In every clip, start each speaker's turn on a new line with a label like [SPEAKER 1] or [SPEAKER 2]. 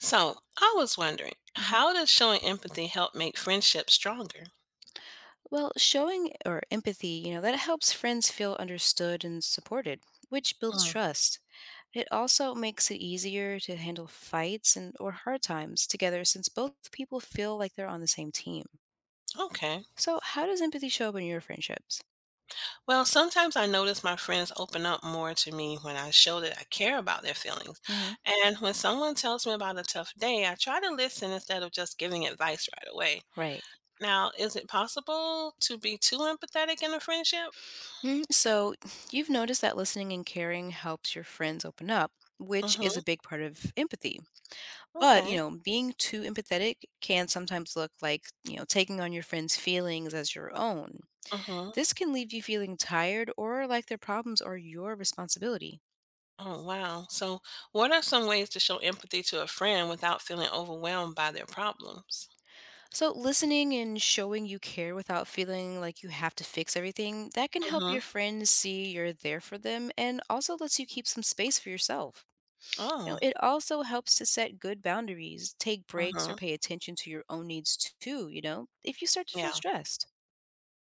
[SPEAKER 1] So I was wondering,
[SPEAKER 2] hmm
[SPEAKER 1] how does showing empathy help make friendships stronger?
[SPEAKER 2] Well, showing or empathy, that helps friends feel understood and supported, which builds
[SPEAKER 1] Mm,
[SPEAKER 2] trust. It also makes it easier to handle fights and or hard times together since both people feel like they're on the same team.
[SPEAKER 1] okay.
[SPEAKER 2] So, how does empathy show up in your friendships?
[SPEAKER 1] Well, sometimes I notice my friends open up more to me when I show that I care about their feelings.
[SPEAKER 2] Hmm.
[SPEAKER 1] And when someone tells me about a tough day, I try to listen instead of just giving advice right away.
[SPEAKER 2] Right.
[SPEAKER 1] Now, is it possible to be too empathetic in a friendship?
[SPEAKER 2] Mm, so, you've noticed that listening and caring helps your friends open up, which is
[SPEAKER 1] Mm-hmm.
[SPEAKER 2] a big part of empathy. But,
[SPEAKER 1] Okay.
[SPEAKER 2] being too empathetic can sometimes look like, taking on your friends' feelings as your own.
[SPEAKER 1] Mm-hmm.
[SPEAKER 2] This can leave you feeling tired or like their problems are your responsibility.
[SPEAKER 1] Oh, wow. So, what are some ways to show empathy to a friend without feeling overwhelmed by their problems?
[SPEAKER 2] So, listening and showing you care without feeling like you have to fix everything, that can help
[SPEAKER 1] Mm-hmm.
[SPEAKER 2] your friends see you're there for them and also lets you keep some space for yourself.
[SPEAKER 1] Oh.
[SPEAKER 2] It also helps to set good boundaries, take breaks, or
[SPEAKER 1] Uh-huh.
[SPEAKER 2] pay attention to your own needs too, if you start to feel
[SPEAKER 1] Yeah.
[SPEAKER 2] stressed.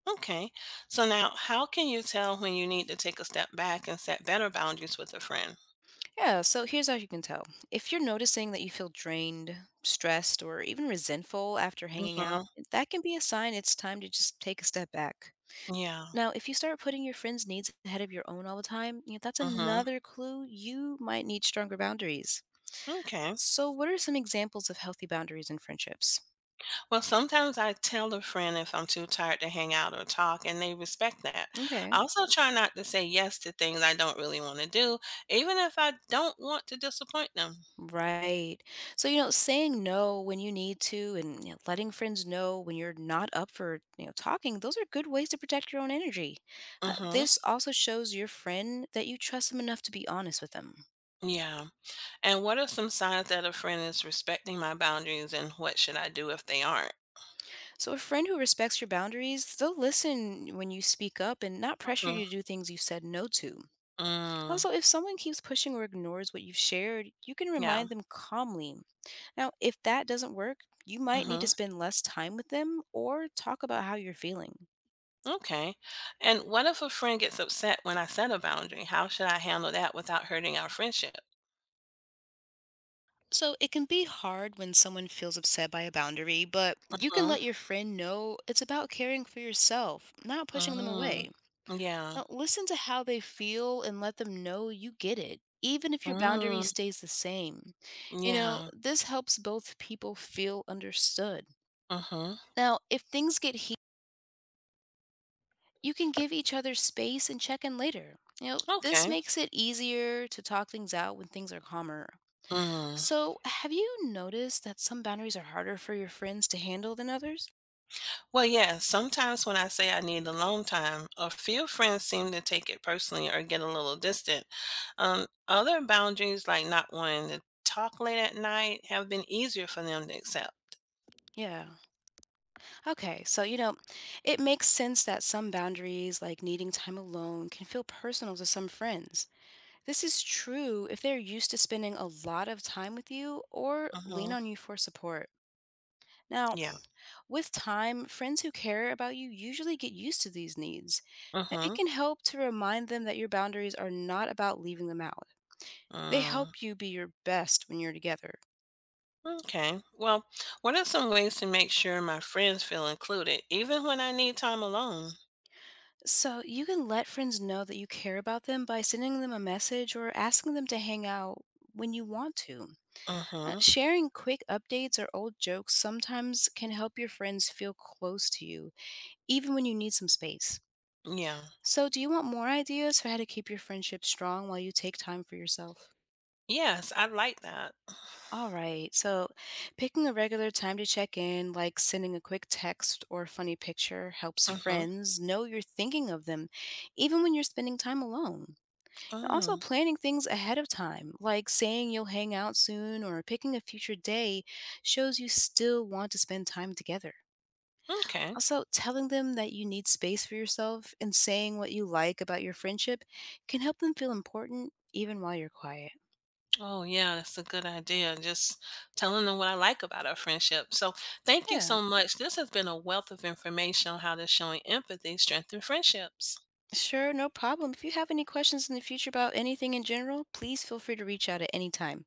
[SPEAKER 1] Okay. So now, how can you tell when you need to take a step back and set better boundaries with a friend?
[SPEAKER 2] Yeah, so here's how you can tell. If you're noticing that you feel drained, stressed, or even resentful after hanging
[SPEAKER 1] Mm-hmm.
[SPEAKER 2] out, that can be a sign it's time to just take a step back.
[SPEAKER 1] Yeah.
[SPEAKER 2] Now, if you start putting your friends' needs ahead of your own all the time, that's
[SPEAKER 1] Mm-hmm.
[SPEAKER 2] another clue you might need stronger boundaries.
[SPEAKER 1] Okay.
[SPEAKER 2] So, what are some examples of healthy boundaries in friendships?
[SPEAKER 1] Well, sometimes I tell a friend if I'm too tired to hang out or talk, and they respect that.
[SPEAKER 2] Okay.
[SPEAKER 1] I also try not to say yes to things I don't really want to do, even if I don't want to disappoint them.
[SPEAKER 2] Right. So, saying no when you need to and letting friends know when you're not up for talking, those are good ways to protect your own energy.
[SPEAKER 1] Mm-hmm.
[SPEAKER 2] This also shows your friend that you trust them enough to be honest with them.
[SPEAKER 1] Yeah. And what are some signs that a friend is respecting my boundaries, and what should I do if they aren't?
[SPEAKER 2] So, a friend who respects your boundaries, they'll listen when you speak up and not pressure
[SPEAKER 1] Mm-hmm.
[SPEAKER 2] you to do things you've said no to.
[SPEAKER 1] Mm.
[SPEAKER 2] Also, if someone keeps pushing or ignores what you've shared, you can
[SPEAKER 1] Yeah.
[SPEAKER 2] remind them calmly. Now, if that doesn't work, you might need
[SPEAKER 1] Mm-hmm.
[SPEAKER 2] to spend less time with them or talk about how you're feeling.
[SPEAKER 1] Okay. And what if a friend gets upset when I set a boundary? How should I handle that without hurting our friendship?
[SPEAKER 2] So it can be hard when someone feels upset by a boundary, but you can
[SPEAKER 1] Mm-hmm.
[SPEAKER 2] let your friend know it's about caring for yourself, not pushing them
[SPEAKER 1] Mm.
[SPEAKER 2] away.
[SPEAKER 1] Yeah.
[SPEAKER 2] Now, listen to how they feel and let them know you get it, even if your boundary
[SPEAKER 1] Mm.
[SPEAKER 2] stays the same.
[SPEAKER 1] Yeah.
[SPEAKER 2] This helps both people feel understood.
[SPEAKER 1] Mm-hmm.
[SPEAKER 2] Now, if things get heated, you can give each other space and check in later. This
[SPEAKER 1] Okay.
[SPEAKER 2] makes it easier to talk things out when things are calmer.
[SPEAKER 1] Mm.
[SPEAKER 2] So, have you noticed that some boundaries are harder for your friends to handle than others?
[SPEAKER 1] Well, yeah, sometimes when I say I need alone time, a few friends seem to take it personally or get a little distant. Other boundaries, like not wanting to talk late at night, have been easier for them to accept.
[SPEAKER 2] Yeah. Okay. So, it makes sense that some boundaries, like needing time alone, can feel personal to some friends. This is true if they're used to spending a lot of time with you or lean
[SPEAKER 1] Mm-hmm.
[SPEAKER 2] on you for support. Now,
[SPEAKER 1] Yeah.
[SPEAKER 2] with time, friends who care about you usually get used to these needs. It
[SPEAKER 1] Mm-hmm.
[SPEAKER 2] can help to remind them that your boundaries are not about leaving them out.
[SPEAKER 1] mm hmm yeah,
[SPEAKER 2] They
[SPEAKER 1] mm hmm
[SPEAKER 2] help you be your best when you're together.
[SPEAKER 1] Okay. Well, what are some ways to make sure my friends feel included, even when I need time alone?
[SPEAKER 2] So you can let friends know that you care about them by sending them a message or asking them to hang out when you want to.
[SPEAKER 1] Mm-hmm.
[SPEAKER 2] Sharing quick updates or old jokes sometimes can help your friends feel close to you, even when you need some space.
[SPEAKER 1] Yeah.
[SPEAKER 2] So, do you want more ideas for how to keep your friendship strong while you take time for yourself?
[SPEAKER 1] Yes, I like that.
[SPEAKER 2] All right, so picking a regular time to check in, like sending a quick text or funny picture, helps
[SPEAKER 1] Mm-hmm.
[SPEAKER 2] friends know you're thinking of them, even when you're spending time alone. And also,
[SPEAKER 1] Oh,
[SPEAKER 2] planning things ahead of time, like saying you'll hang out soon or picking a future day, shows you still want to spend time together.
[SPEAKER 1] okay.
[SPEAKER 2] Also, telling them that you need space for yourself and saying what you like about your friendship can help them feel important even while you're quiet.
[SPEAKER 1] Oh, yeah, that's a good idea. Just telling them what I like about our friendship. So, thank you
[SPEAKER 2] Yeah,
[SPEAKER 1] so much. This has been a wealth of information on how to showing empathy strengthen friendships.
[SPEAKER 2] sure, no problem. If you have any questions in the future about anything in general, please feel free to reach out at any time.